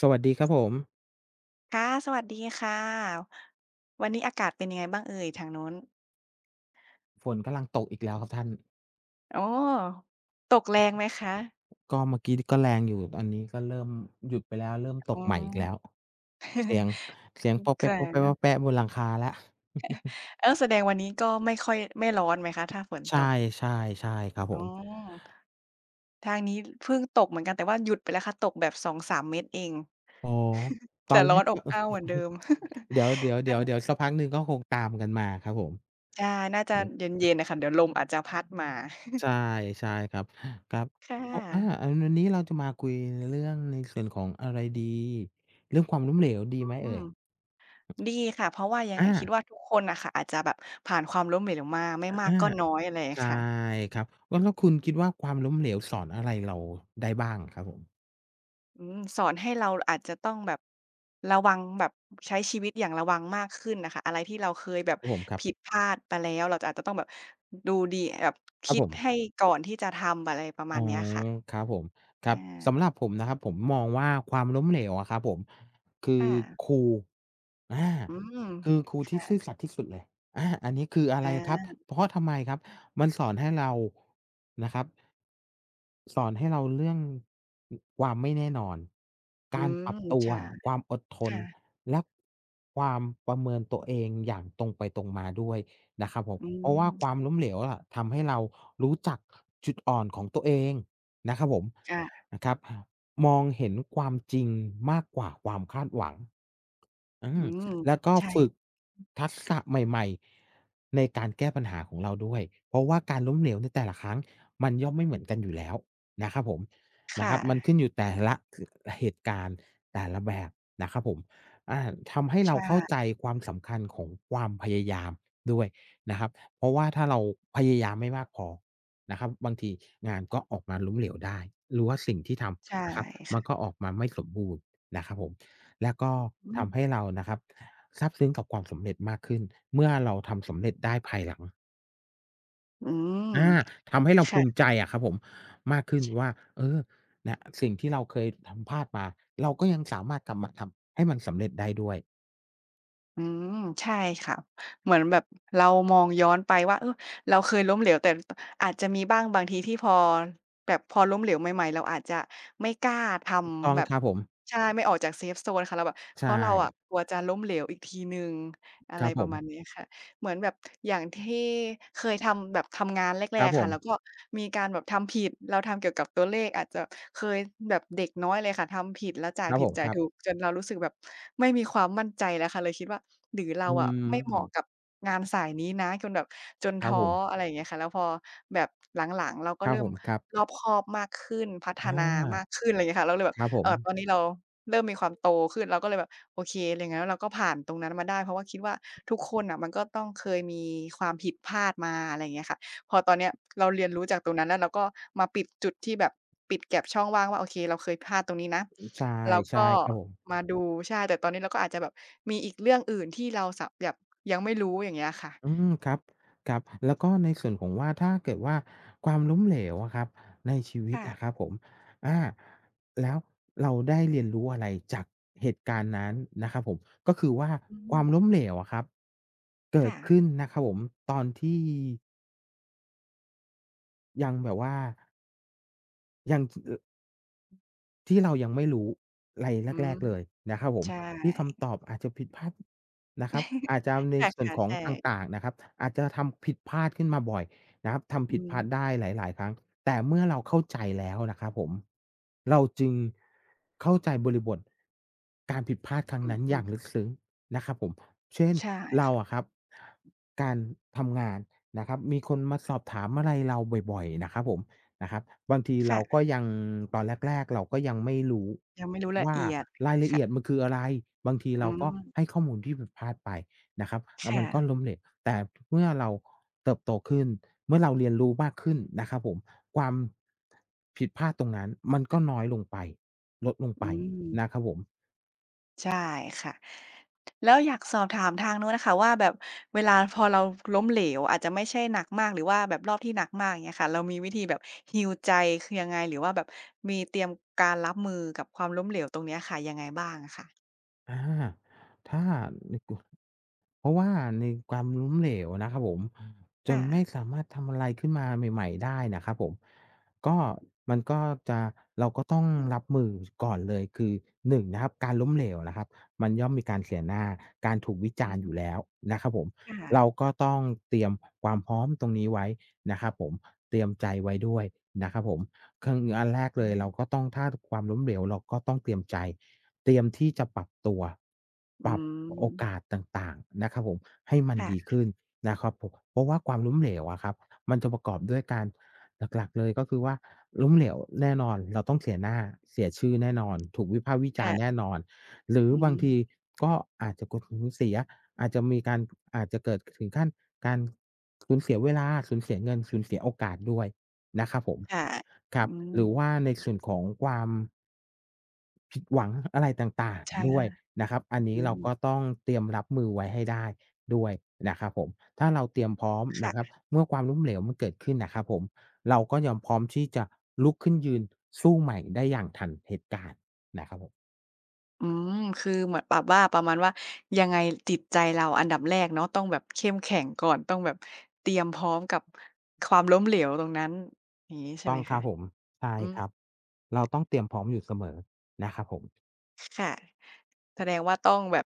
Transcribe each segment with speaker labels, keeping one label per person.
Speaker 1: สวัสดีครับผม
Speaker 2: ค่ะสวัสดีค่ะวันนี้อากาศเป็นยังไงบ้างเอ่ยทางนู้น
Speaker 1: ฝนกำลังตกอีกแล้วครับท่าน
Speaker 2: โอ้ตกแรงไหมคะ
Speaker 1: ก็เมื่อกี้ก็แรงอยู่ตอนนี้ก็เริ่มหยุดไปแล้วเริ่มตก
Speaker 2: อ๋อ
Speaker 1: ใหม่อีกแล้วเสียงเสียงป๊ อกแป๊ก
Speaker 2: ค่ะ
Speaker 1: ป๊อกแป๊กป๊อก แป๊กบนหลังคาแล้ว
Speaker 2: เออแสดงวันนี้ก็ไม่ร้อนไหมคะถ้าฝนต
Speaker 1: ใช่
Speaker 2: ก
Speaker 1: ใช่ใช่ครับผ
Speaker 2: อ๋
Speaker 1: ม
Speaker 2: อทางนี้เพิ่งตกเหมือนกันแต่ว่าหยุดไปแล้วค่ะตกแบบ2-3เม็ดเอง
Speaker 1: อ๋อต
Speaker 2: แต่
Speaker 1: อนแร
Speaker 2: ร้อ
Speaker 1: ก
Speaker 2: นอบ
Speaker 1: ก็
Speaker 2: อ้าวเหมือนเดิ ม
Speaker 1: เดี๋ยวเดี๋ยว เดี๋ยวเดี๋ยวสักพักหนึ่งก็คงตามกันมาครับผม
Speaker 2: ใช่น่าจะ
Speaker 1: อือ
Speaker 2: เย็นๆน่ะค่ะเดี๋ยวลมอาจจะพัดมา
Speaker 1: ใช่ใช่ครับครับ
Speaker 2: ค่
Speaker 1: ก็อาอั
Speaker 2: ะ
Speaker 1: นวันนี้เราจะมาคุยเรื่องในส่วนของอะไรดีเรื่องความล้มเหลวดีไหม
Speaker 2: อื
Speaker 1: เอ่
Speaker 2: ม
Speaker 1: ย
Speaker 2: ดีค่ะเพราะว่ายังไง
Speaker 1: อา
Speaker 2: คิดว่าทุกคนน่ะค่ะอาจจะแบบผ่านความล้มเหลวมาไม่
Speaker 1: อา
Speaker 2: มากก็น้อยอะไร
Speaker 1: ใช่
Speaker 2: ค่ะ
Speaker 1: ครับแล้วคุณคิดว่าความล้มเหลวสอนอะไรเราได้บ้างครับผม
Speaker 2: อืมสอนให้เราอาจจะต้องแบบระวังแบบใช้ชีวิตอย่างระวังมากขึ้นน่ะค่ะอะไรที่เราเคยแบบ
Speaker 1: ครับผมครับ
Speaker 2: ผิดพลาดไปแล้วเราอาจจะต้องแบบดูดีแบบ
Speaker 1: ครับ
Speaker 2: คิด
Speaker 1: ผ
Speaker 2: ให้
Speaker 1: ม
Speaker 2: ก่อนที่จะทำอะไรประมา
Speaker 1: อ๋อ
Speaker 2: ณเนี้ยค่ะ
Speaker 1: ครับผมค
Speaker 2: อ
Speaker 1: รับ สำห
Speaker 2: า
Speaker 1: รับผมนะครับผมมองว่าความล้มเหลวอะครับผมคือ
Speaker 2: ค่ะ
Speaker 1: ครู อา
Speaker 2: อืม
Speaker 1: คือครูที่ซื่อ
Speaker 2: ค่ะ
Speaker 1: สัตย์ที่สุดเลยอาอันนี้คืออะไร
Speaker 2: อ
Speaker 1: ครับ
Speaker 2: า
Speaker 1: เพราะทำไมครับมันสอนให้เรานะครับสอนให้เราเรื่องอความไม่แน่นอน
Speaker 2: อื
Speaker 1: การ
Speaker 2: ม
Speaker 1: ปรับตัว
Speaker 2: ใช่
Speaker 1: ความอดทน
Speaker 2: ค่ะ
Speaker 1: และความประเมินตัวเองอย่างตรงไปตรงมาด้วยนะครับผม
Speaker 2: อื
Speaker 1: เพ
Speaker 2: ม
Speaker 1: ราะว่าความล้มเหลวอะทำให้เรารู้จักจุดอ่อนของตัวเองนะครับผม
Speaker 2: ค่ะ
Speaker 1: นะครับมองเห็นความจริงมากกว่าความคาดหวัง อื
Speaker 2: อื
Speaker 1: ม
Speaker 2: ม
Speaker 1: แล้วก็
Speaker 2: ใช่
Speaker 1: ฝึกทักษะใหม่ๆในการแก้ปัญหาของเราด้วยเพราะว่าการล้มเหลวในแต่ละครั้งมันย่อมไม่เหมือนกันอยู่แล้วนะครับผมนะค
Speaker 2: ค่ะ
Speaker 1: รับมันขึ้นอยู่แต่ละคือเหตุการณ์แต่ละแบบนะครับผมอาทำให้
Speaker 2: ใ
Speaker 1: เราเข้าใจ
Speaker 2: ช่
Speaker 1: ความสำคัญของความพยายามด้วยนะครับเพราะว่าถ้าเราพยายามไม่มากพอนะครับบางทีงานก็ออกมาล้มเหลวได้หรือว่าสิ่งที่ท
Speaker 2: ใช่
Speaker 1: ำนะครับมันก็
Speaker 2: ค่ะ
Speaker 1: ออกมาไม่สมบูรณ์นะครับผม แล้วก็
Speaker 2: อืม
Speaker 1: ทำให้เรานะครับซาบซึ้งกับความสำเร็จมากขึ้นเมื่อเราทำสำเร็จได้ภายหลัง
Speaker 2: อืม
Speaker 1: อาทำให้เราภูมิ
Speaker 2: ค่ะ
Speaker 1: ใจอะครับผมมากขึ้นว่าเออนะสิ่งที่เราเคยทำพลาดมาเราก็ยังสามารถกลับมาทำให้มันสำเร็จได้ด้วย
Speaker 2: อืมใช่ค่ะเหมือนแบบเรามองย้อนไปว่าเออเราเคยล้มเหลวแต่ตอาจจะมีบ้างบางทีที่พอแบบพอล้มเหลวใหม่ๆเราอาจจะไม่กล้าท
Speaker 1: ถูกต้
Speaker 2: ำ
Speaker 1: อง
Speaker 2: แบบ
Speaker 1: ครับผม
Speaker 2: ใช่ไม่ออกจากเซฟโซนค่ะเราแบบเพ
Speaker 1: ใช
Speaker 2: ราะเราอะ
Speaker 1: ่
Speaker 2: กลัวจะล้มเหลวอีกทีหนึ่งอะ
Speaker 1: ค
Speaker 2: ไร
Speaker 1: รับ
Speaker 2: ป
Speaker 1: ผ
Speaker 2: ระ
Speaker 1: ม
Speaker 2: มาณนี้ค่ะ เหมือนแบบอย่างที่เคยทำแบบทำงานแร
Speaker 1: ครับ
Speaker 2: กๆ
Speaker 1: ผ
Speaker 2: ค่ะ
Speaker 1: ม
Speaker 2: แล้วก็มีการแบบทำผิดเราทำเกี่ยวกับตัวเลขอาจจะเคยแบบเด็กน้อยเลยค่ะทำผิดแล้วจ่าย
Speaker 1: ครับ
Speaker 2: ผิ
Speaker 1: ผ
Speaker 2: ด
Speaker 1: ม
Speaker 2: จ่า
Speaker 1: ค
Speaker 2: ย
Speaker 1: รับ
Speaker 2: ถูกจนเรารู้สึกแบบไม่มีความมั่นใจแล้วค่ะเลยคิดว่าหรือเรา
Speaker 1: อื
Speaker 2: อะไม่เหมาะ
Speaker 1: ม
Speaker 2: กับงานสายนี้นะจนแบบจน
Speaker 1: ครับ
Speaker 2: ท้อ
Speaker 1: ผม
Speaker 2: อะไรอย่างเงี้ยค่ะแล้วพอแบบหลังๆเราก็
Speaker 1: ครับ
Speaker 2: เริ่
Speaker 1: ผ
Speaker 2: ม
Speaker 1: มครับ
Speaker 2: รอบคอบมากขึ้นพัฒ
Speaker 1: อ
Speaker 2: นามา
Speaker 1: า
Speaker 2: กขึ้นอะไรอย่างเงี้ยค่ะเราเลยแบบ
Speaker 1: ครับผม
Speaker 2: ตอนนี้เราเริ่มมีความโตขึ้นเราก็เลยแบบโอเคอย่างงั้นเราก็ผ่านตรงนั้นมาได้เพราะว่าคิดว่าทุกคนน่ะมันก็ต้องเคยมีความผิดพลาดมาอะไรอย่างเงี้ยค่ะพอตอนเนี้ยเราเรียนรู้จากตรงนั้นแล้วเราก็มาปิดจุดที่แบบปิด gap ช่องว่างว่าโอเคเราเคยพลาดตรงนี้นะ
Speaker 1: ใช่
Speaker 2: แล้ว
Speaker 1: ใช่
Speaker 2: ก็
Speaker 1: ครับผม
Speaker 2: มาดูใช่แต่ตอนนี้เราก็อาจจะแบบมีอีกเรื่องอื่นที่เราสะแบบยังไม่รู้อย่างเงี้ยค่ะ
Speaker 1: อืมครับครับแล้วก็ในส่วนของว่าถ้าเกิดว่าความล้มเหลวอะครับในชีวิตอะค
Speaker 2: ค่ะ
Speaker 1: รับผมอาแล้วเราได้เรียนรู้อะไรจากเหตุการณ์นั้นนะครับผมก็คือว่า
Speaker 2: อื
Speaker 1: ควา
Speaker 2: ม
Speaker 1: มล้มเหลวอะครับเกิด
Speaker 2: ค่ะ
Speaker 1: ขึ้นนะครับผมตอนที่ยังแบบว่ายังออ ที่เรายังไม่รู้ไร
Speaker 2: อื
Speaker 1: แร
Speaker 2: ม
Speaker 1: กๆเลยนะครับผม
Speaker 2: ใช่
Speaker 1: ที่คำตอบอาจจะผิดพลาดนะครับอาจ จะใน
Speaker 2: ใช่
Speaker 1: ส่วน
Speaker 2: ค่ะ
Speaker 1: ขอ
Speaker 2: ใ
Speaker 1: งต
Speaker 2: ช่
Speaker 1: ่างๆนะครับอาจจะทำผิดพลาดขึ้นมาบ่อยนะครับทำ
Speaker 2: อื
Speaker 1: ผิด
Speaker 2: ม
Speaker 1: พลาดได้หลายๆครั้งแต่เมื่อเราเข้าใจแล้วนะครับผมเราจึงเข้าใจบริบทการผิดพลาดครั้
Speaker 2: อ
Speaker 1: งนั้น
Speaker 2: ื
Speaker 1: อ
Speaker 2: อ
Speaker 1: ย่างลึกซึ้งนะครับผมเช่น
Speaker 2: ๆใช่
Speaker 1: เราอะครับการทำงานนะครับมีคนมาสอบถามอะไรเราบ่อยๆนะครับผม นะครับบางทีเรา
Speaker 2: ค่ะ
Speaker 1: ก็ยังตอนแรกๆเราก็ยังไม่รู้
Speaker 2: ยังไม่รู้ละ
Speaker 1: ว่า
Speaker 2: เอียด
Speaker 1: รายละ
Speaker 2: ค่ะ
Speaker 1: เอียดมันคืออะไรบางที
Speaker 2: อื
Speaker 1: เรา
Speaker 2: ม
Speaker 1: ก็ให้ข้อมูลที่ผิดพลาดไปนะครับแล้วมั
Speaker 2: ค่ะ
Speaker 1: นก็ล้มเหลวแต่เมื่อเราเติบโตขึ้นเมื่อเราเรียนรู้มากขึ้นนะครับผมความผิดพลาดตรงนั้นมันก็น้อยลงไปลดลง
Speaker 2: อื
Speaker 1: ไป
Speaker 2: ม
Speaker 1: นะครับผม
Speaker 2: ใช่ค่ะแล้วอยากสอบถามทางนู้นน่ะค่ะว่าแบบเวลาพอเราล้มเหลวอาจจะไม่ใช่หนักมากหรือว่าแบบรอบที่หนักมากอย่างเงี้ยค่ะเรามีวิธีแบบ heal ใจคือยังไงหรือว่าแบบมีเตรียมการรับมือกับความล้มเหลวตรงเนี้ยค่ะยังไงบ้างอะค่ะ
Speaker 1: อาถ้าในกลุ่มเพราะว่าในความล้มเหลวนะครับผมจ
Speaker 2: ค่ะ
Speaker 1: นไม่สามารถทำอะไรขึ้นมาใหม่ๆได้น่ะครับผมก็มันก็จะเราก็ต้องรับมือก่อนเลยคือหนึ่งนะครับการล้มเหลวนะครับมันย่อมมีการเสียหน้าการถูกวิ
Speaker 2: อื
Speaker 1: จารณ์อยู่
Speaker 2: ม
Speaker 1: แล้วนะครับผม
Speaker 2: ค
Speaker 1: เรา
Speaker 2: ่ะ
Speaker 1: ก็ต้องเตรียมความพร้อมตรงนี้ไว้นะครับผมเตรียมใจไว้ด้วยนะครับผมคืออันแรก
Speaker 2: อื
Speaker 1: เลย
Speaker 2: ม
Speaker 1: เราก็ต้องถ้าความล้มเหลวเราก็ต้องเตรียมใจ เตรียมที่จะปรับตัว
Speaker 2: อื
Speaker 1: ปรับโอกา
Speaker 2: ม
Speaker 1: สต่างๆนะครับผมให้มันดี
Speaker 2: ค่ะ
Speaker 1: ขึ้นนะครับผมเพราะว่าความล้มเหลวอะครับมันจะประกอบด้วยการหลักๆเลยก็คือว่าล้มเหลวแน่นอนเราต้องเสียหน้าเสียชื่อแน่นอนถูกวิพากษ์วิจารณ์แน่
Speaker 2: ค่ะ
Speaker 1: นอนหรือ
Speaker 2: อื
Speaker 1: บางที
Speaker 2: ม
Speaker 1: ก็อาจจะกสูเสียอาจจะมีการอาจจะเกิดถึงขั้นการสูญเสียเวลาสูญเสียเงินสูญเสียโอกาสด้วย นะครับผม
Speaker 2: ค่ะ
Speaker 1: ครั
Speaker 2: อื
Speaker 1: บห
Speaker 2: ม
Speaker 1: รือว่าในส่วนของความผิดหวังอะไรต่าง
Speaker 2: ใช่
Speaker 1: ๆด้วยนะครับอัน
Speaker 2: อื
Speaker 1: นี้เรา
Speaker 2: ม
Speaker 1: ก็ต้องเตรียมรับมือไว้ให้ได้ด้วยนะครับผมถ้าเราเตรียมพร้อมนะครับ
Speaker 2: ค่ะ
Speaker 1: เมื่อความล้มเหลวมันเกิดขึ้นนะครับผมเราก็ยอมพร้อมที่จะลุกขึ้นยืนสู้ใหม่ได้อย่างทันเหตุการณ์นะครับผม
Speaker 2: อืมคือเหมือนแบบว่าประมาณว่ายังไงจิตใจเราอันดับแรกเนาะต้องแบบเข้มแข็งก่อนต้องแบบเตรียมพร้อมกับความล้มเหลวตรงนั้นอย่างงี้ใช่
Speaker 1: ต้
Speaker 2: ไห
Speaker 1: อ
Speaker 2: ม
Speaker 1: งครั
Speaker 2: คะ
Speaker 1: บผมใช่
Speaker 2: อื
Speaker 1: ครับ
Speaker 2: ม
Speaker 1: เราต้องเตรียมพร้อมอยู่เสมอนะครับผม
Speaker 2: ค่ะแสดงว่าต้องแบบ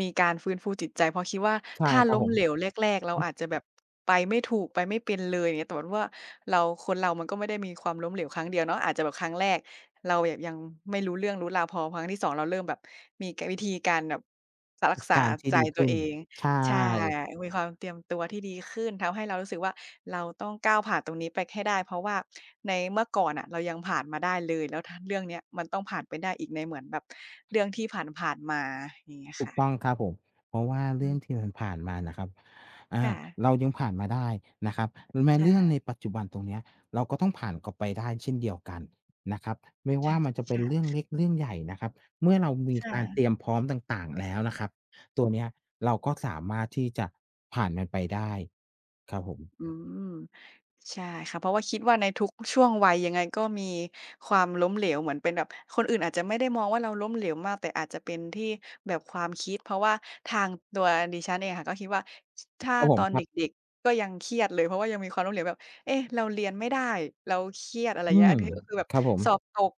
Speaker 2: มีการฟื้นฟูจิตใจเพราะคิดว่า
Speaker 1: ใช่
Speaker 2: ถ้า
Speaker 1: ครับ
Speaker 2: ล้ม
Speaker 1: ผม
Speaker 2: เหลวแรกๆเราอาจจะแบบไปไม่ถูกไปไม่เป็นเลยอย่างเงี้ยแต่ว่าเราคนเรามันก็ไม่ได้มีความล้มเหลวครั้งเดียวเนาะอาจจะแบบครั้งแรกเราแบบยังไม่รู้เรื่องรู้ราวพอครั้งที่2เราเริ่มแบบมีกวิธีการแบบสรักษา
Speaker 1: การที่
Speaker 2: ใจ
Speaker 1: ดี
Speaker 2: ตัว
Speaker 1: ขึ้น
Speaker 2: เอง
Speaker 1: ใช่
Speaker 2: ใช่มีความเตรียมตัวที่ดีขึ้นทำให้เรารู้สึกว่าเราต้องก้าวผ่านตรงนี้ไปให้ได้เพราะว่าในเมื่อก่อนน่ะเรายังผ่านมาได้เลยแล้วทเรื่องเนี้ยมันต้องผ่านไปได้อีกในเหมือนแบบเรื่องที่ผ่านๆมาอย่างเงี้ย
Speaker 1: ถูกต้อง
Speaker 2: ค่ะ
Speaker 1: ครับผมเพราะว่า
Speaker 2: อื
Speaker 1: เรื่อ
Speaker 2: ม
Speaker 1: งที่มันผ่านมานะครับอ่า
Speaker 2: ค่ะ
Speaker 1: เรายังผ่านมาได้นะครับแม้
Speaker 2: ใช่
Speaker 1: เรื่องในปัจจุบันตรงเนี้ยเราก็ต้องผ่านกลับไปได้เช่นเดียวกันนะครับไม่
Speaker 2: ใช่
Speaker 1: ว่ามันจะเป็นเรื่อง
Speaker 2: ค่ะ
Speaker 1: เล็กเรื่องใหญ่นะครับเมื่อเรามีการเตรี
Speaker 2: ค่ะ
Speaker 1: ยมพร้อมต่างๆแล้วนะครับตัวเนี้ยเราก็สามารถที่จะผ่านมันไปได้ครับผม
Speaker 2: อืมใช่ค่ะเพราะว่าคิดว่าในทุกช่วงวัยยังไงก็มีความล้มเหลวเหมือนเป็นแบบคนอื่นอาจจะไม่ได้มองว่าเราล้มเหลวมากแต่อาจจะเป็นที่แบบความคิดเพราะว่าทางตัวดิฉันเองค่ะก็คิดว่าถ้า
Speaker 1: ครับผ
Speaker 2: ต
Speaker 1: ม
Speaker 2: อน
Speaker 1: ค
Speaker 2: เด
Speaker 1: รับ
Speaker 2: ็กๆก็ยังเครียดเลยเพราะว่ายังมีความล้มเหลวแบบเอ๊ะเราเรียนไม่ได้เราเครียดอะไรอย่าง
Speaker 1: อื
Speaker 2: เงี้ย
Speaker 1: ม
Speaker 2: อันนี้ก็คือแบบ
Speaker 1: ครับผม
Speaker 2: สอบตก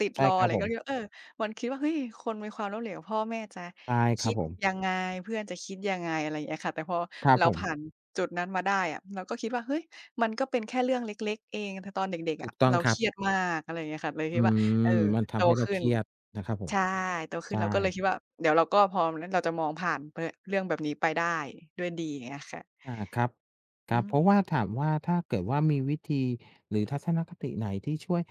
Speaker 2: ติด
Speaker 1: ใช่
Speaker 2: รอ
Speaker 1: ครั
Speaker 2: อะ
Speaker 1: บ
Speaker 2: ไร
Speaker 1: ผ
Speaker 2: ก็
Speaker 1: ม
Speaker 2: คิดว่าเออ มันคิดว่าเฮ้ยคนมีความล้มเหลวพ่อแม่จะ
Speaker 1: ใช่ค
Speaker 2: คิ
Speaker 1: รับ
Speaker 2: ด
Speaker 1: ผม
Speaker 2: ยังไงเพื่อนจะคิดยังไงอะไรอย่างเงี้ยค่ะแต่พอ
Speaker 1: ครับ
Speaker 2: เรา
Speaker 1: ผ
Speaker 2: ผ่าน
Speaker 1: ม
Speaker 2: จุดนั้นมาได้อะเราก็คิดว่าเฮ้ยมันก็เป็นแค่เรื่องเล็กๆเองแต่ตอนเด็กๆ
Speaker 1: ถู
Speaker 2: อะ
Speaker 1: กต้อง
Speaker 2: เรา
Speaker 1: ค
Speaker 2: เค
Speaker 1: รับ
Speaker 2: รียดมากอะไรอย่างเงี้ยค่ะเลย
Speaker 1: อื
Speaker 2: คิดว่าเออ
Speaker 1: มมัน
Speaker 2: โต
Speaker 1: ทำให้เรา
Speaker 2: ขึ้
Speaker 1: เค
Speaker 2: น
Speaker 1: รียดนะครับผม
Speaker 2: ใช่โตขึ้น
Speaker 1: ใช่
Speaker 2: เราก็เลยคิดว่าเดี๋ยวเราก็พร้อมแล้วเราจะมองผ่านไปอะเรื่องแบบนี้ไปได้ด้วยดีอย่างเงี้ยค่ะ
Speaker 1: อาครับครั
Speaker 2: อื
Speaker 1: บ
Speaker 2: ม
Speaker 1: เพราะว่าถามว่าถ้าเกิดว่ามีวิธีหรือทัศนคติไหนที่ช่วย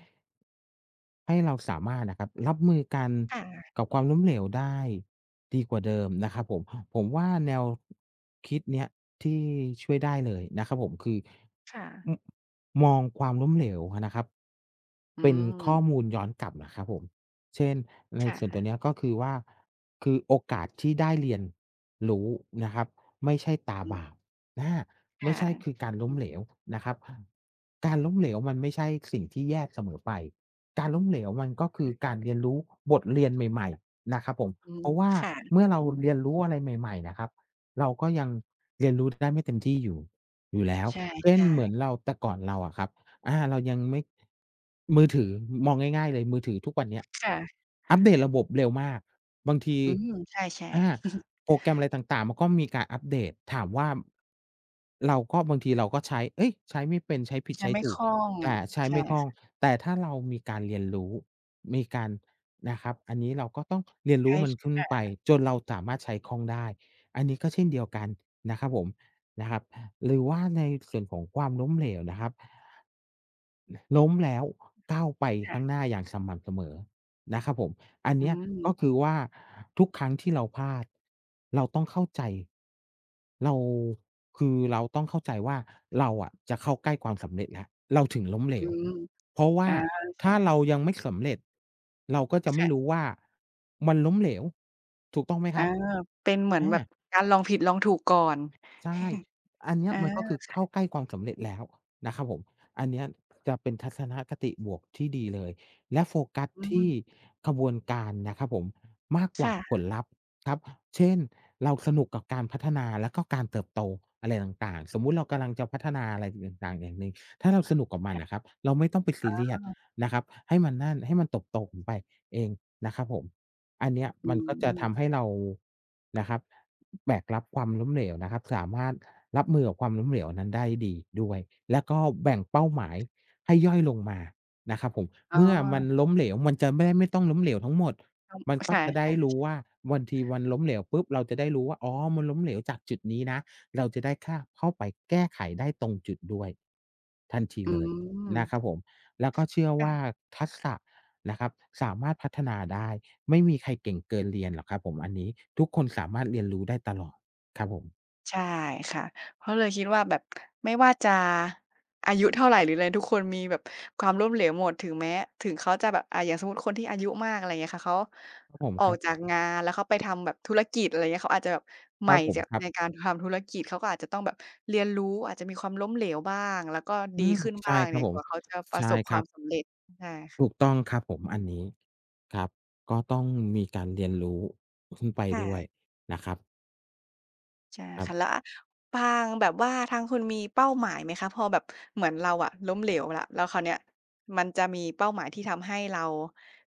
Speaker 1: ให้เราสามารถนะครับรับมือกัน
Speaker 2: ค่ะ
Speaker 1: กับความล้มเหลวได้ดีกว่าเดิมนะครับผมผมว่าแนวคิดเนี้ยที่ช่วยได้เลยนะครับผมคือ
Speaker 2: ค่ะ
Speaker 1: มมองความล้มเหลวอะนะครับ
Speaker 2: อื
Speaker 1: เป็นข้อมู
Speaker 2: ม
Speaker 1: ลย้อนกลับนะครับผมเช่นใน
Speaker 2: ค่
Speaker 1: ส่วนตัวเนี้ย
Speaker 2: ะ
Speaker 1: ก็คือว่าคือโอกาสที่ได้เรียนรู้นะครับไม่ใช่ตา
Speaker 2: อืม
Speaker 1: บาป อาไม่
Speaker 2: ค่ะ
Speaker 1: ใช่คือการ
Speaker 2: อื
Speaker 1: ล้ม
Speaker 2: อ
Speaker 1: เหลวนะครับการล้มเหลวมันไม่ใช่สิ่งที่แย่เสมอไปการล้มเหลวมันก็คือการเรียนรู้บทเรียนใหม่ๆนะครับผม
Speaker 2: อื
Speaker 1: เพ
Speaker 2: ม
Speaker 1: ราะว่า
Speaker 2: ค่ะ
Speaker 1: เมื่อเราเรียนรู้อะไรใหม่ๆนะครับเราก็ยังเรียนรู้ได้ไม่เต็มที่อยู่อยู่แล้ว
Speaker 2: ใช
Speaker 1: เช่น
Speaker 2: ่
Speaker 1: เหมือน
Speaker 2: ๆ
Speaker 1: เราแต่ก่อนเราอะครับ เรายังไม่มือถือมองง่ายๆเลยมือถือทุกวันเนี้ย
Speaker 2: ค่ะ
Speaker 1: อัปเดตระบบเร็วมากบางที
Speaker 2: อืมใช่
Speaker 1: อา
Speaker 2: ๆ
Speaker 1: โปรแกรมอะไรต่างๆมันก็มีการอัปเดตถามว่าเราก็บางทีเราก็ใช้เฮ้ยใช้ไม่เป็นใช้ผิด
Speaker 2: ใช้
Speaker 1: ใช้
Speaker 2: ไม่
Speaker 1: ถู
Speaker 2: ค
Speaker 1: ก
Speaker 2: ล่อง
Speaker 1: แต่ใช้
Speaker 2: ใช่
Speaker 1: ไม่คล่องแต่ถ้าเรามีการเรียนรู้มีการนะครับอันนี้เราก็ต้องเรียนรู้
Speaker 2: ใช้
Speaker 1: มันขึ้นไป
Speaker 2: ค่ะ
Speaker 1: จนเราสามารถใช้คล่องได้อันนี้ก็เช่นเดียวกันนะครับผมนะครับหรือว่าในส่วนของความล้มเหลวนะครับ ล้มแล้วก้าวไป
Speaker 2: ค่ะ
Speaker 1: ข้างหน้าอย่างสม่ำเสมอนะครับผมอัน
Speaker 2: อื
Speaker 1: เนี้ย
Speaker 2: ม
Speaker 1: ก็คือว่าทุกครั้งที่เราพลาดเราต้องเข้าใจเราคือเราต้องเข้าใจว่าเราอะจะเข้าใกล้ความสำเร็จแล้วเราถึงล้มเหล
Speaker 2: อื
Speaker 1: ว
Speaker 2: ม
Speaker 1: เพราะว่า
Speaker 2: อาใช่
Speaker 1: ถ้าเรายังไม่สำเร็จเราก็จะไม่
Speaker 2: ค่ะ
Speaker 1: รู้ว่ามันล้มเหลวถูกต้องไหม
Speaker 2: เอ
Speaker 1: ค
Speaker 2: อ
Speaker 1: รับ
Speaker 2: เป็นเหมือน
Speaker 1: อา
Speaker 2: แบบการลองผิดลองถูกก่อน
Speaker 1: ใช่อันเนี้ยมันก็คือ
Speaker 2: อา
Speaker 1: เข้าใกล้ความสำเร็จแล้วนะครับผม อันเนี้ยจะเป็นทัศนคติบวกที่ดีเลย และโฟกัส
Speaker 2: อื
Speaker 1: ที่
Speaker 2: ม
Speaker 1: กระบวนการนะครับผมมากกว่าผ
Speaker 2: ค่ะ
Speaker 1: ลลัพธ์ครับเช่นเราสนุกกับการพัฒนาแล้วก็การเติบโตอะไรต่างๆสมมุติเรากำลังจะพัฒนาอะไรต่างๆอย่างหนึ่งถ้าเราสนุกกับมัน
Speaker 2: ค่ะ
Speaker 1: อะครับเราไม่ต้องไปซีเรียสนะครับ ให้มันนั่นให้มันตบโตบๆไปเองนะครับผม อันเนี้ย
Speaker 2: อื
Speaker 1: มันก็จะทำให้
Speaker 2: ม
Speaker 1: เรานะครับแบกรับความล้มเหลวนะครับสามารถรับมือกับความล้มเหลวนั้นได้ดีด้วยแล้วก็แบ่งเป้าหมายให้ย่อยลงมานะครับผม
Speaker 2: อ๋อ
Speaker 1: เมื่อมันล้มเหลวมันจะไม่ได้ไม่ต้องล้มเหลวทั้งหมด
Speaker 2: ต้อง
Speaker 1: มันก็
Speaker 2: ค่ะ
Speaker 1: จะได้รู้ว่าบางทีวันล้มเหลวปุ๊บเราจะได้รู้ว่าอ๋อมันล้มเหลวจากจุดนี้นะเราจะได้ค่าเข้าไปแก้ไขได้ตรงจุดด้วยทันที
Speaker 2: ๆอื
Speaker 1: เลย
Speaker 2: ม
Speaker 1: นะครับผมแล้วก็เชื่อว่า
Speaker 2: ค่ะ
Speaker 1: ทักษะ นะครับสามารถพัฒนาได้ไม่มีใครเก่งเกินเรียนหรอกครับผมอันนี้ทุกคนสามารถเรียนรู้ได้ตลอดครับผม
Speaker 2: ใช่ค่ะเพราะเลยคิดว่าแบบไม่ว่าจะอายุเท่าไรหรืออะไรทุกคนมีแบบความล้มเหลวหมดถึงแม้ถึงเขาจะแบบอย่างสมมุติคนที่อายุมากอะไรเงี้ยค่ะเขา
Speaker 1: ครับผม
Speaker 2: ออ
Speaker 1: ค
Speaker 2: ก
Speaker 1: รับ
Speaker 2: จากงานแล้วเขาไปทำแบบธุรกิจอะไรเงี้ยเขาอาจจะแบบ
Speaker 1: ค
Speaker 2: ใหม่
Speaker 1: รับผม
Speaker 2: จาก
Speaker 1: ครั
Speaker 2: ใน
Speaker 1: บ
Speaker 2: การทำธุรกิจเขาก็อาจจะต้องแบบเรียนรู้อาจจะมีความล้มเหลวบ้างแล้วก็
Speaker 1: อื
Speaker 2: ดี
Speaker 1: ม
Speaker 2: ขึ้น
Speaker 1: ใช่
Speaker 2: บ้าง
Speaker 1: ครับ
Speaker 2: เนี่ย
Speaker 1: ผ
Speaker 2: ก
Speaker 1: ม
Speaker 2: ว่าเขาจะประ
Speaker 1: ใช่
Speaker 2: สบ
Speaker 1: ค
Speaker 2: ควา
Speaker 1: รั
Speaker 2: ม
Speaker 1: บ
Speaker 2: สำเร็จใช่
Speaker 1: ถูก
Speaker 2: ค่ะ
Speaker 1: ต้องครับผมอันนี้ครับก็ต้องมีการเรียนรู้ขึ้นไปด้วย
Speaker 2: ค่ะ
Speaker 1: นะครับ
Speaker 2: ใช่
Speaker 1: ครั
Speaker 2: ค่ะแล้ว
Speaker 1: บ
Speaker 2: อะปางแบบว่าทางคุณมีเป้าหมายไหมคะพอแบบเหมือนเราอะล้มเหลวแล้วแล้วคราวเนี้ยมันจะมีเป้าหมายที่ทำให้เรา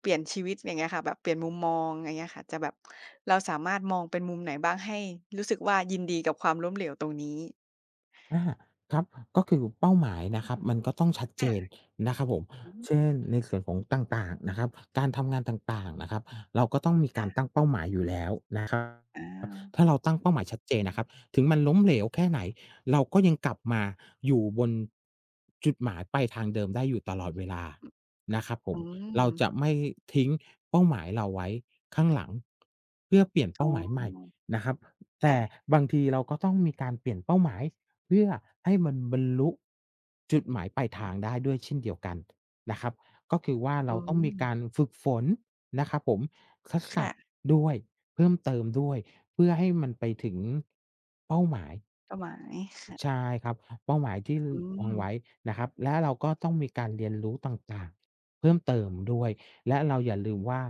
Speaker 2: เปลี่ยนชีวิตอย่างเงี้ยค่ะแบบเปลี่ยนมุมมองอย่างเงี้ยค่ะจะแบบเราสามารถมองเป็นมุมไหนบ้างให้รู้สึกว่ายินดีกับความล้มเหลวตรงนี้
Speaker 1: อาครับก็คือเป้าหมายนะครับมันก็ต้องชัดเจน
Speaker 2: ค่ะ
Speaker 1: นะครับผม
Speaker 2: อื
Speaker 1: เช่
Speaker 2: ม
Speaker 1: นในส่วนของต่างๆนะครับการทำงานต่างๆนะครับเราก็ต้องมีการ
Speaker 2: ค่ะ
Speaker 1: ตั้งเป้าหมายอยู่แล้วนะครับ
Speaker 2: อา
Speaker 1: ถ้าเราตั้งเป้าหมายชัดเจนนะครับถึงมันล้มเหลวแค่ไหนเราก็ยังกลับมาอยู่บนจุดหมายปลายทางเดิมได้อยู่ตลอดเวลานะครับผ
Speaker 2: อื
Speaker 1: ม
Speaker 2: ม
Speaker 1: เราจะไม่ทิ้งเป้าหมายเราไว้ข้างหลังเพื่อเปลี่ยน
Speaker 2: อ๋
Speaker 1: เป้าหมายใหม่
Speaker 2: อ
Speaker 1: นะครับแต่
Speaker 2: ค่ะ
Speaker 1: บางทีเราก็ต้องมีการเปลี่ยนเป้าหมายเพื่อให้มันบรรลุจุดหมายปลายทางได้ด้วยเช่นเดียวกันนะครับก็คือว่า
Speaker 2: อื
Speaker 1: เราต้อง
Speaker 2: ม
Speaker 1: มีการฝึกฝนนะครับผมทักษะ
Speaker 2: ค่ะ
Speaker 1: ด้วยเพิ่มเติมด้วย เพื่อให้มันไปถึงเป้าหมาย
Speaker 2: เป้าหมาย
Speaker 1: ใช่ครับเป้าหมายที่ล
Speaker 2: อืม
Speaker 1: วางไว้นะครับและเราก็ต้องมีการเรียนรู้ต่างๆเพิ่มเติมด้วยและเราอย่าลืมว่า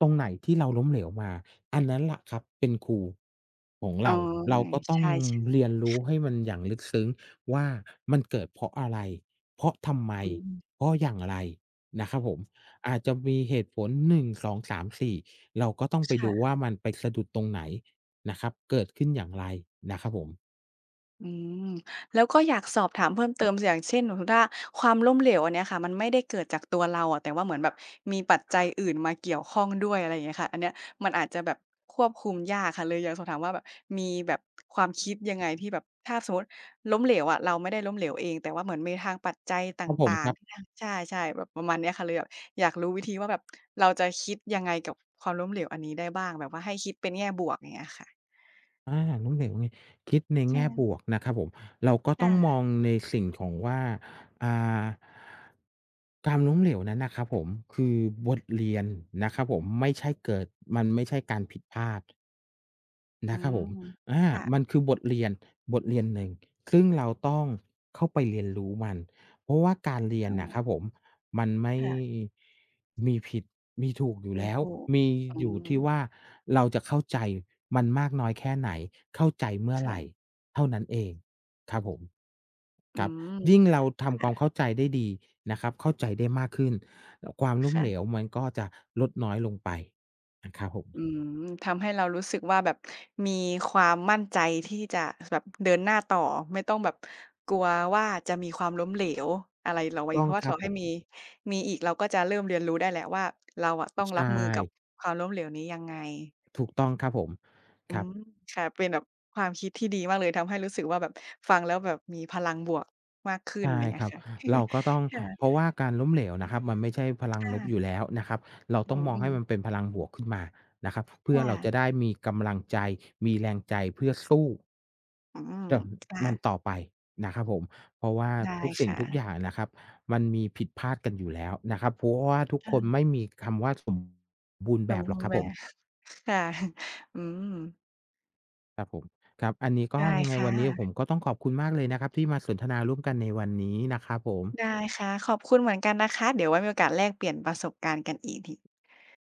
Speaker 1: ตรงไหนที่เราล้มเหลวมาอันนั้นล่ะครับเป็นครูของ
Speaker 2: อ๋อ
Speaker 1: เราเราก็ต้อง
Speaker 2: ใช่ๆ
Speaker 1: เรียนรู้ให้มันอย่างลึกซึ้งว่ามันเกิดเพราะอะไรเพราะทำไม
Speaker 2: อืม
Speaker 1: เพราะอย่างไรนะครับผมอาจจะมีเหตุผล1 2 3 4 เราก็ต้องไปดู
Speaker 2: ค่ะ
Speaker 1: ว่ามันไปสะดุดตรงไหนนะครับ เกิดขึ้นอย่างไรนะครับผม
Speaker 2: อืมแล้วก็อยากสอบถามเพิ่มเติมอย่างเช่นสมมุติว่าความล้มเหลวอันเนี้ยค่ะมันไม่ได้เกิดจากตัวเราอะแต่ว่าเหมือนแบบมีปัจจัยอื่นมาเกี่ยวข้องด้วยอะไรอย่างเงี้ยค่ะอันเนี้ยมันอาจจะแบบควบคุมยากค่ะเลยอยากสอบถามว่าแบบมีแบบความคิดยังไงที่แบบถ้าสมมุติล้มเหลวอะเราไม่ได้ล้มเหลวเองแต่ว่าเหมือนมีทางปัจจัยต
Speaker 1: ครับผม
Speaker 2: ่า
Speaker 1: ค
Speaker 2: ง
Speaker 1: รั
Speaker 2: ๆที่
Speaker 1: บ
Speaker 2: ทางใช่ๆแบบประมาณเนี้ยค่ะเลยแบบอยากรู้วิธีว่าแบบเราจะคิดยังไงกับความล้มเหลวอันนี้ได้บ้างแบบว่าให้คิดเป็นแง่บวกอย่างเงี้ยค่ะ
Speaker 1: ล้มเหลวไงคิดในแง่บ
Speaker 2: ใช่
Speaker 1: วกนะครับผมเราก็ต้องม
Speaker 2: ค่ะ
Speaker 1: องในสิ่งของว่าอ่าการล้มเหลวนั้นน่ะครับผมคือบทเรียนนะครับผมไม่ใช่เกิดมันไม่ใช่การผิดพลาด
Speaker 2: อื
Speaker 1: นะครับ
Speaker 2: ม
Speaker 1: ผมอา
Speaker 2: ค่ะ
Speaker 1: มันคือบทเรียนบทเรียนหนึ่งซึ่งเราต้องเข้าไปเรียนรู้มัน เพราะว่าการเรียน
Speaker 2: อ้
Speaker 1: น่ะครับ
Speaker 2: อ
Speaker 1: ผมมันไม่
Speaker 2: ค่ะ
Speaker 1: มีผิด มีถูกอยู่
Speaker 2: มี
Speaker 1: แล้ว
Speaker 2: ถูก
Speaker 1: มี
Speaker 2: อื
Speaker 1: อยู่
Speaker 2: ม
Speaker 1: ที่ว่าเราจะเข้าใจมันมากน้อยแค่ไหนเข้าใจเมื่อไหร่
Speaker 2: ค่ะ
Speaker 1: เท่านั้นเองครับผม
Speaker 2: อื
Speaker 1: ครับ
Speaker 2: ม
Speaker 1: ยิ่งเราทำค
Speaker 2: ค่ะ
Speaker 1: วามเข้าใจได้ดีนะครับเข้าใจได้มากขึ้น ความล้มเหล
Speaker 2: ค่ะ
Speaker 1: วมันก็จะลดน้อยลงไปนะครับผม
Speaker 2: อืมทำให้เรารู้สึกว่าแบบมีความมั่นใจที่จะแบบเดินหน้าต่อไม่ต้องแบบกลัวว่าจะมีความล้มเหลวอะไรเราไว้
Speaker 1: ต้อ
Speaker 2: เพ
Speaker 1: ง
Speaker 2: ราะว่า
Speaker 1: ครั
Speaker 2: ต่อ
Speaker 1: บผ
Speaker 2: ให้มี
Speaker 1: ม
Speaker 2: มีอีกเราก็จะเริ่มเรียนรู้ได้แหละว่าเราอะต้องรั
Speaker 1: ใช่
Speaker 2: บมือกับความล้มเหลวนี้ยังไง
Speaker 1: ถูกต้องครับผม
Speaker 2: อื
Speaker 1: ครับ
Speaker 2: มค่ะเป็นแบบความคิดที่ดีมากเลยทำให้รู้สึกว่าแบบฟังแล้วแบบมีพลังบวกมากขึ้น
Speaker 1: ใช่
Speaker 2: อย่างเงี้
Speaker 1: ค
Speaker 2: ย
Speaker 1: รับ
Speaker 2: ค่ะ
Speaker 1: เราก็ต้อ ง
Speaker 2: ค่ะ
Speaker 1: เพราะว่าการล้มเหลวนะครับมันไม่ใช่พลังลบอยู่
Speaker 2: ค่ะ
Speaker 1: แล้วนะครับเรา
Speaker 2: อื
Speaker 1: ต้องมองให้
Speaker 2: ม
Speaker 1: มันเป็นพลังบวกขึ้นมานะครับเพื่อ
Speaker 2: ค่ะ
Speaker 1: เราจะได้มีกำลังใจมีแรงใจเพื่อสู้
Speaker 2: อืม
Speaker 1: กับ
Speaker 2: ค่ะ
Speaker 1: มันต่อไปนะครับผมเพราะว่า
Speaker 2: ได้
Speaker 1: ทุกสิ่ง
Speaker 2: ค่ะ
Speaker 1: ทุกอย่างนะครับมันมีผิดพลาดกันอยู่แล้วนะครับเพราะว่าทุก
Speaker 2: ค่
Speaker 1: คนไม่มีคำว่าสมบูรณ์
Speaker 2: ส
Speaker 1: แบ
Speaker 2: ม
Speaker 1: บหรอก
Speaker 2: บูร
Speaker 1: ค
Speaker 2: ณ์
Speaker 1: รับ
Speaker 2: แบ
Speaker 1: ผม
Speaker 2: บค่ะ อืม
Speaker 1: ครับผมครับอันนี้ก็
Speaker 2: ได้
Speaker 1: ยังไง
Speaker 2: ค
Speaker 1: วันนี้ผม
Speaker 2: ่ะ
Speaker 1: ก็ต้องขอบคุณมากเลยนะครับที่มาสนทนาร่วมกันในวันนี้นะครับผม
Speaker 2: ได้ค่ะขอบคุณเหมือนกันนะคะ เดี๋ยวไว้มีโอกาสแลกเปลี่ยนประสบการณ์กันอีกที